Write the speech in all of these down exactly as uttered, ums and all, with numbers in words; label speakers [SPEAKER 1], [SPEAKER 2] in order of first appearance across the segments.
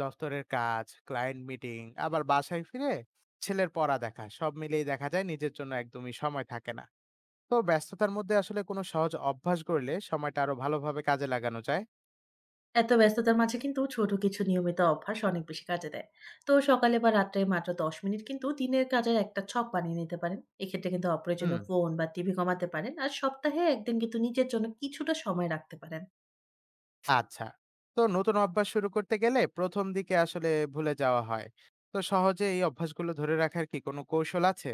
[SPEAKER 1] দফতরের কাজ, client meeting, আবার বাসায় ফিরে ছেলের পড়া দেখা সব মিলিয়ে দেখা যায় নিজের জন্য একদমই সময় থাকে না। তো ব্যস্ততার মধ্যে আসলে কোনো সহজ অভ্যাস গড়লে সময়টা আরো ভালোভাবে কাজে লাগানো যায়?
[SPEAKER 2] এত ব্যস্ততার মাঝে কিন্তু ছোট কিছু নিয়মিত অভ্যাস অনেক বেশি কাজে দেয়। তো সকালে বা রাত্রে মাত্র দশ মিনিট কিন্তু দিনের কাজের একটা ছক বানিয়ে নিতে পারেন। এক্ষেত্রে কিন্তু
[SPEAKER 1] হুম।
[SPEAKER 2] অপ্রয়োজনীয় ফোন বা টিভি কমাতে পারেন আর সপ্তাহে একদিন কিন্তু নিজের জন্য কিছুটা সময় রাখতে পারেন।
[SPEAKER 1] আচ্ছা। তো নতুন অভ্যাস শুরু করতে গেলে প্রথম দিকে আসলে ভুলে যাওয়া হয়। তো সহজে এই অভ্যাসগুলো ধরে রাখার কি কোনো কৌশল আছে?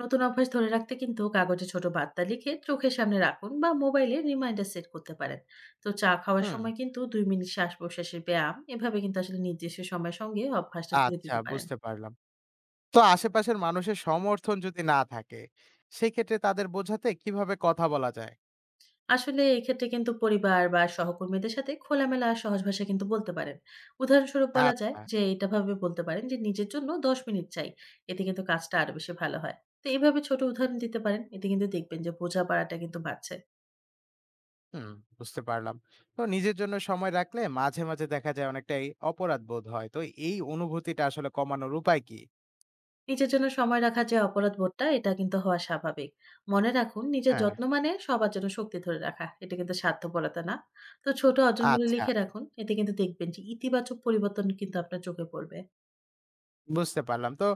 [SPEAKER 2] নতুন অভ্যাস ধরে রাখতে কিন্তু কাগজে ছোট বার্তা লিখে চোখের সামনে রাখুন বা মোবাইলে রিমাইন্ডার সেট করতে পারেন। তো চা খাওয়ার
[SPEAKER 1] হুম।
[SPEAKER 2] সময় কিন্তু দুই মিনিট শ্বাস প্রশ্বাসের ব্যায়াম, এভাবে কিন্তু আসলে নির্দিষ্ট সময়ের সঙ্গে অভ্যাসটা জুড়ে
[SPEAKER 1] আচ্ছা,
[SPEAKER 2] দিতে পারেন।
[SPEAKER 1] বুঝতে পারলাম। তো আশেপাশের মানুষের সমর্থন যদি না থাকে, সেক্ষেত্রে তাদের বোঝাতে কিভাবে কথা বলা যায়?
[SPEAKER 2] আসলে এক্ষেত্রে কিন্তু পরিবার বা সহকর্মীদের সাথে খোলামেলা আর সহজ ভাষায় কিন্তু বলতে পারেন। উদাহরণস্বরূপ বলা যায়
[SPEAKER 1] আচ্ছা।
[SPEAKER 2] যে এটা ভাবে বলতে পারেন যে, "নিজের জন্য দশ মিনিট চাই।" এতে কিন্তু কাজটা আরো বেশি ভালো হয়। তো এভাবে ছোট উদাহরণ দিতে পারেন। এতে কিন্তু দেখবেন যে বোঝাপড়াটা কিন্তু বাড়ছে।
[SPEAKER 1] হুম, বুঝতে পারলাম। তো নিজের জন্য সময় রাখলে মাঝে, মাঝে দেখা যায় অনেকটাই অপরাধ বোধ হয়। তো এই অনুভূতিটা আসলে কমানোর উপায় কি?
[SPEAKER 2] নিজের জন্য সময় রাখার যে অপরাধ বোধটা এটা কিন্তু হওয়া স্বাভাবিক। মনে রাখুন নিজের
[SPEAKER 1] হ্যাঁ,
[SPEAKER 2] যত্ন মানে সবার জন্য শক্তি ধরে রাখা। এটা কিন্তু স্বার্থপরতা না। তো ছোট অর্জনগুলো
[SPEAKER 1] আচ্ছা
[SPEAKER 2] লিখে রাখুন। এতে কিন্তু দেখবেন যে ইতিবাচক পরিবর্তন কিন্তু আপনার চোখে পড়বে।
[SPEAKER 1] বুঝতে পারলাম। তো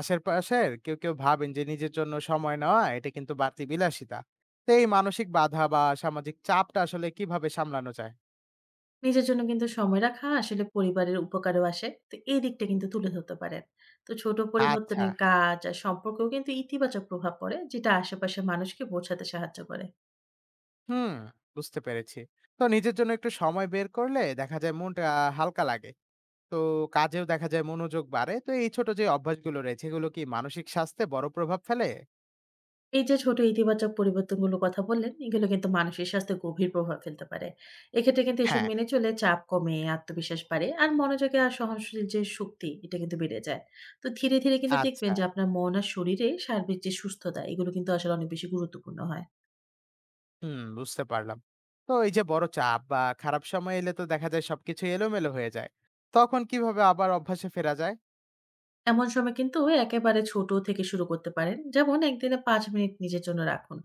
[SPEAKER 1] আশেপাশের কেউ, কেউ ভাবেন যে নিজের জন্য সময় নেওয়া এটা কিন্তু বাড়তি বিলাসিতা। তো এই মানসিক বাধা বা সামাজিক চাপটা আসলে কিভাবে সামলানো যায়?
[SPEAKER 2] নিজের জন্য কিন্তু সময় রাখা আসলে পরিবারের উপকারেও আসে। তো এই দিকটা কিন্তু তুলে ধরতে পারেন। তো ছোট
[SPEAKER 1] আচ্ছা,
[SPEAKER 2] পরিবর্তনের কাজ আর সম্পর্কেও কিন্তু ইতিবাচক প্রভাব পড়ে, যেটা আশেপাশের মানুষকে বোঝাতে সাহায্য করে।
[SPEAKER 1] হুম, বুঝতে পেরেছি। তো নিজের জন্য একটু সময় বের করলে দেখা যায় মনটা হালকা লাগে। তো কাজেও দেখা যায় মনোযোগ বাড়ে। তো এই ছোট যে অভ্যাসগুলো রয়েছে, এগুলো কি মানসিক স্বাস্থ্যে বড় প্রভাব ফেলে?
[SPEAKER 2] এই যে ছোট ইতিবাচক পরিবর্তনগুলোর কথা বললেন, এগুলো কিন্তু মানসিক স্বাস্থ্যে গভীর প্রভাব ফেলতে পারে। এক্ষেত্রে কিন্তু এসব
[SPEAKER 1] হ্যাঁ,
[SPEAKER 2] মেনে চলে চাপ কমে, আত্মবিশ্বাস বাড়ে আর মনোযোগে আর সহনশীল যে শক্তি, এটা কিন্তু বেড়ে যায়। তো ধীরে, ধীরে কিন্তু দেখবেন
[SPEAKER 1] আচ্ছা।
[SPEAKER 2] যে আপনার মন আর শরীরে সার্বিক যে সুস্থতা, এগুলো কিন্তু আসলে অনেক বেশি গুরুত্বপূর্ণ হয়।
[SPEAKER 1] হুম, বুঝতে পারলাম। তো এই যে বড় চাপ বা খারাপ সময় এলে তো দেখা যায় সবকিছু এলোমেলো হয়ে যায়। তখন কিভাবে আবার অভ্যাসে ফেরা যায়?
[SPEAKER 2] এমন সময় কিন্তু একেবারে ছোট থেকে শুরু করতে পারেন। যেমন একদিনে পাঁচ মিনিট নিজের জন্য রাখুন।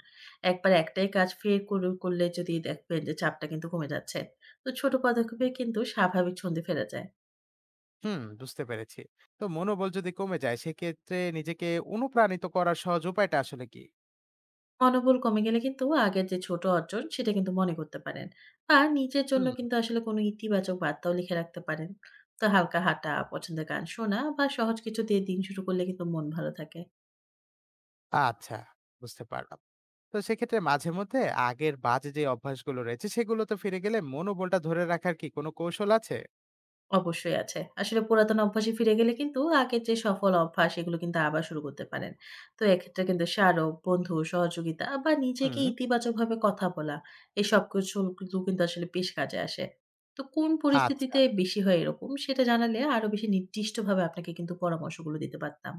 [SPEAKER 2] একবার একটাই কাজ ফের করু করলে যদি দেখবেন যে চাপটা কিন্তু কমে যাচ্ছে। তো ছোট পদক্ষেপে কিন্তু স্বাভাবিক ছন্দে ফেরা যায়।
[SPEAKER 1] হুম, বুঝতে পেরেছি। তো মনোবল যদি কমে যায়, সেক্ষেত্রে নিজেকে অনুপ্রাণিত করার সহজ উপায়টা আসলে কি?
[SPEAKER 2] মনোবল কমে গেলে কিন্তু আগের যে ছোট অর্জন সেটা কিন্তু মনে করতে পারেন। আর নিজের জন্য
[SPEAKER 1] হুম,
[SPEAKER 2] কিন্তু আসলে কোনো ইতিবাচক বার্তাও লিখে রাখতে পারেন। তো হালকা হাঁটা, পছন্দের গান শোনা বা সহজ কিছু দিয়ে দিন শুরু করলে কিন্তু মন ভালো থাকে।
[SPEAKER 1] আচ্ছা, বুঝতে পারলাম। তো সেক্ষেত্রে মাঝে মধ্যে আগের বাজে যে অভ্যাসগুলো রয়েছে, সেগুলোতে ফিরে গেলে মনোবলটা ধরে রাখার কি কোনো কৌশল আছে?
[SPEAKER 2] অবশ্যই আছে। আসলে পুরাতন অভ্যাসে ফিরে গেলে কিন্তু আগের যে সফল অভ্যাস, এগুলো কিন্তু আবার শুরু করতে পারেন। তো এক্ষেত্রে কিন্তু স্মারক, বন্ধু, সহযোগিতা বা নিজেকে
[SPEAKER 1] হুম।
[SPEAKER 2] ইতিবাচকভাবে কথা বলা, এই সবকিছু কিন্তু কিন্তু আসলে বেশ কাজে আসে। তো কোন
[SPEAKER 1] আচ্ছা।
[SPEAKER 2] পরিস্থিতিতে বেশি হয় এরকম সেটা জানালে আরো বেশি নির্দিষ্টভাবে আপনাকে কিন্তু পরামর্শগুলো দিতে পারতাম।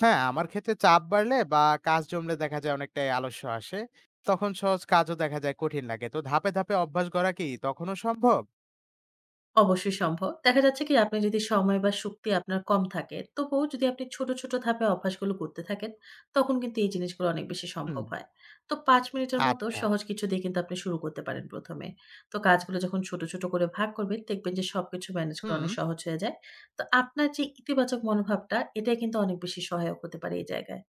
[SPEAKER 1] হ্যাঁ, আমার ক্ষেত্রে চাপ বাড়লে বা কাজ জমলে দেখা যায় অনেকটাই আলস্য আসে। তখন সহজ কাজও দেখা যায় কঠিন লাগে। তো ধাপে, ধাপে অভ্যাস গড়া কি তখনো সম্ভব?
[SPEAKER 2] অবশ্যই সম্ভব। দেখা যাচ্ছে কি আপনি যদি সময় বা শক্তি আপনার কম থাকে, তবুও যদি আপনি ছোট, ছোট ধাপে অভ্যাসগুলো করতে থাকেন, তখন কিন্তু এই জিনিসগুলো অনেক বেশি
[SPEAKER 1] হুম।
[SPEAKER 2] সম্ভব হয়। তো পাঁচ মিনিটের মতো
[SPEAKER 1] আচ্ছা।
[SPEAKER 2] সহজ কিছু দিয়ে কিন্তু আপনি শুরু করতে পারেন প্রথম এ। তো কাজগুলো যখন ছোট, ছোট করে ভাগ করবেন, দেখবেন যে সবকিছু ম্যানেজ করা
[SPEAKER 1] হুম,
[SPEAKER 2] অনেক সহজ হয়ে যায়। তো আপনার যে ইতিবাচক মনোভাবটা, এটাই কিন্তু অনেক বেশি সহায়ক হতে পারে এই জায়গায়।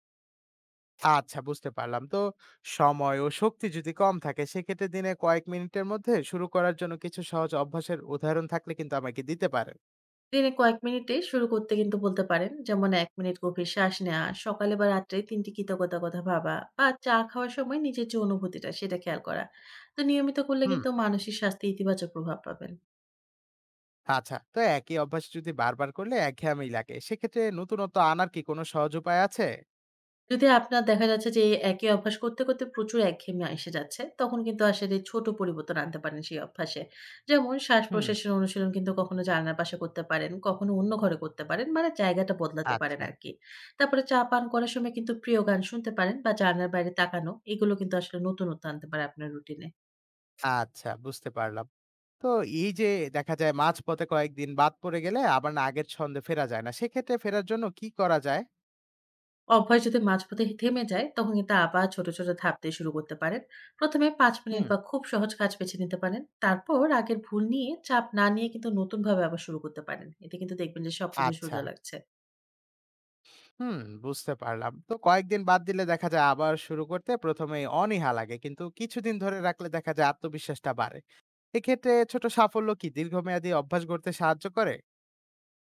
[SPEAKER 1] আচ্ছা বুঝতে পারলাম। তো সময় ও শক্তি যদি কম থাকে সেক্ষেত্রে দিনে কয়েক মিনিটের মধ্যে শুরু করার জন্য কিছু সহজ অভ্যাসের উদাহরণ থাকলে কিন্তু আমাকে দিতে পারেন।
[SPEAKER 2] দিনে কয়েক মিনিটে শুরু করতে কিন্তু বলতে পারেন। যেমন এক মিনিট গভীর শ্বাস নেওয়া, সকালে বা রাত্রে তিন টি কৃতজ্ঞতার কথা ভাবা বা চা খাওয়ার সময় নিজের যে অনুভূতিটা সেটা খেয়াল করা। তো নিয়মিত করলে
[SPEAKER 1] হুম।
[SPEAKER 2] কিন্তু মানসিক স্বাস্থ্যে ইতিবাচক প্রভাব পাবেন।
[SPEAKER 1] আচ্ছা। তো একই অভ্যাস যদি বারবার করলে একঘেয়েমি লাগে। সেক্ষেত্রে নতুনত্ব আনার কি কোনো সহজ উপায় আছে?
[SPEAKER 2] যদি আপনার দেখা যাচ্ছে যে এই একই অভ্যাস করতে, করতে প্রচুর একঘেয়েমি এসে যাচ্ছে, তখন কিন্তু আসলে ছোট পরিবর্তন আনতে পারেন সেই অভ্যাসে। যেমন
[SPEAKER 1] হুম।
[SPEAKER 2] শ্বাস-প্রশ্বাসের অনুশীলন কিন্তু কখনো জানালার পাশে করতে পারেন, কখনো অন্য ঘরে করতে পারেন। মানে জায়গাটা বদলাতে পারেন
[SPEAKER 1] আচ্ছা,
[SPEAKER 2] আরকি। তারপরে চা পান করার সময় কিন্তু প্রিয় গান শুনতে পারেন বা জানালার বাইরে তাকানো, এগুলো কিন্তু আসলে নতুনত্ব আনতে পারে আপনার রুটিনে।
[SPEAKER 1] আচ্ছা বুঝতে পারলাম। তো এই যে দেখা যায় মাঝপথে কয়েকদিন বাদ পড়ে গেলে আবার না আগের ছন্দে ফেরা যায় না। সেক্ষেত্রে ফেরার জন্য কি করা যায়?
[SPEAKER 2] অভ্যাস যদি মাঝপথে থেমে যায়, তখন কিন্তু আবার ছোট, ছোট ধাপ দিয়ে শুরু করতে পারেন। প্রথম এ পাঁচ মিনিট
[SPEAKER 1] হুম।
[SPEAKER 2] বা খুব সহজ কাজ বেছে নিতে পারেন। তারপর আগের ভুল নিয়ে চাপ না নিয়ে কিন্তু নতুনভাবে আবার শুরু করতে পারেন। এতে কিন্তু দেখবেন যে সবকিছু
[SPEAKER 1] আচ্ছা।
[SPEAKER 2] সোজা লাগছে।
[SPEAKER 1] হুম, বুঝতে পারলাম। তো কয়েকদিন বাদ দিলে দেখা যায় আবার শুরু করতে প্রথম এই অনীহা লাগে। কিন্তু কিছুদিন ধরে রাখলে দেখা যায় আত্মবিশ্বাসটা বাড়ে। এক্ষেত্রে ছোট সাফল্য কি দীর্ঘমেয়াদী অভ্যাস গড়তে সাহায্য করে?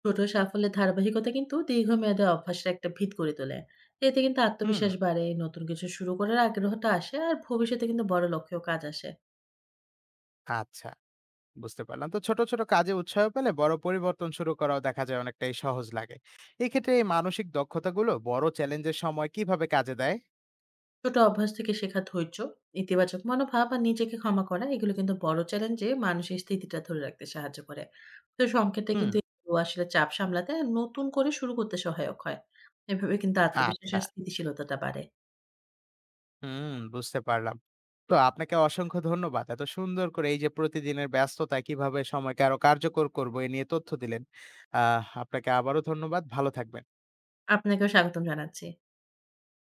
[SPEAKER 2] ছোট সাফল্যের ধারাবাহিকতা কিন্তু দীর্ঘমেয়াদে অভ্যাসের একটা ভিত করে তোলে। এতে কিন্তু
[SPEAKER 1] হুম।
[SPEAKER 2] আত্মবিশ্বাস বাড়ে, নতুন কিছু শুরু করার আগ্রহটা আসে আর ভবিষ্যতে কিন্তু বড় লক্ষ্যেও কাজ আসে।
[SPEAKER 1] আচ্ছা, বুঝতে পারলাম। তো ছোট, ছোট কাজে উৎসাহ পেলে বড় পরিবর্তন শুরু করাও দেখা যায় অনেকটাই সহজ লাগে। এক্ষেত্রে এই মানসিক দক্ষতাগুলো বড় চ্যালেঞ্জের সময় কিভাবে কাজে দেয়?
[SPEAKER 2] ছোট অভ্যাস থেকে শেখা ধৈর্য, ইতিবাচক মনোভাব আর নিজেকে ক্ষমা করা, এগুলো কিন্তু বড় চ্যালেঞ্জে মানুষের স্থিতিটা ধরে রাখতে সাহায্য করে। তো সংক্ষেপে
[SPEAKER 1] হুম।
[SPEAKER 2] কিন্তু এগুলো আসলে চাপ সামলাতে আর নতুন করে শুরু করতে সহায়ক হয়। এভাবে কিন্তু আত্মবিশ্বাস
[SPEAKER 1] আচ্ছা।
[SPEAKER 2] আর স্থিতিশীলতাটা বাড়ে।
[SPEAKER 1] হুম, বুঝতে পারলাম। তো আপনাকে অসংখ্য ধন্যবাদ। এত সুন্দর করে এই যে প্রতিদিনের ব্যস্ততায় কিভাবে সময়কে আরো কার্যকর করব, এ নিয়ে তথ্য দিলেন। আহ আপনাকে আবারও ধন্যবাদ। ভালো থাকবেন।
[SPEAKER 2] আপনাকেও স্বাগতম জানাচ্ছি।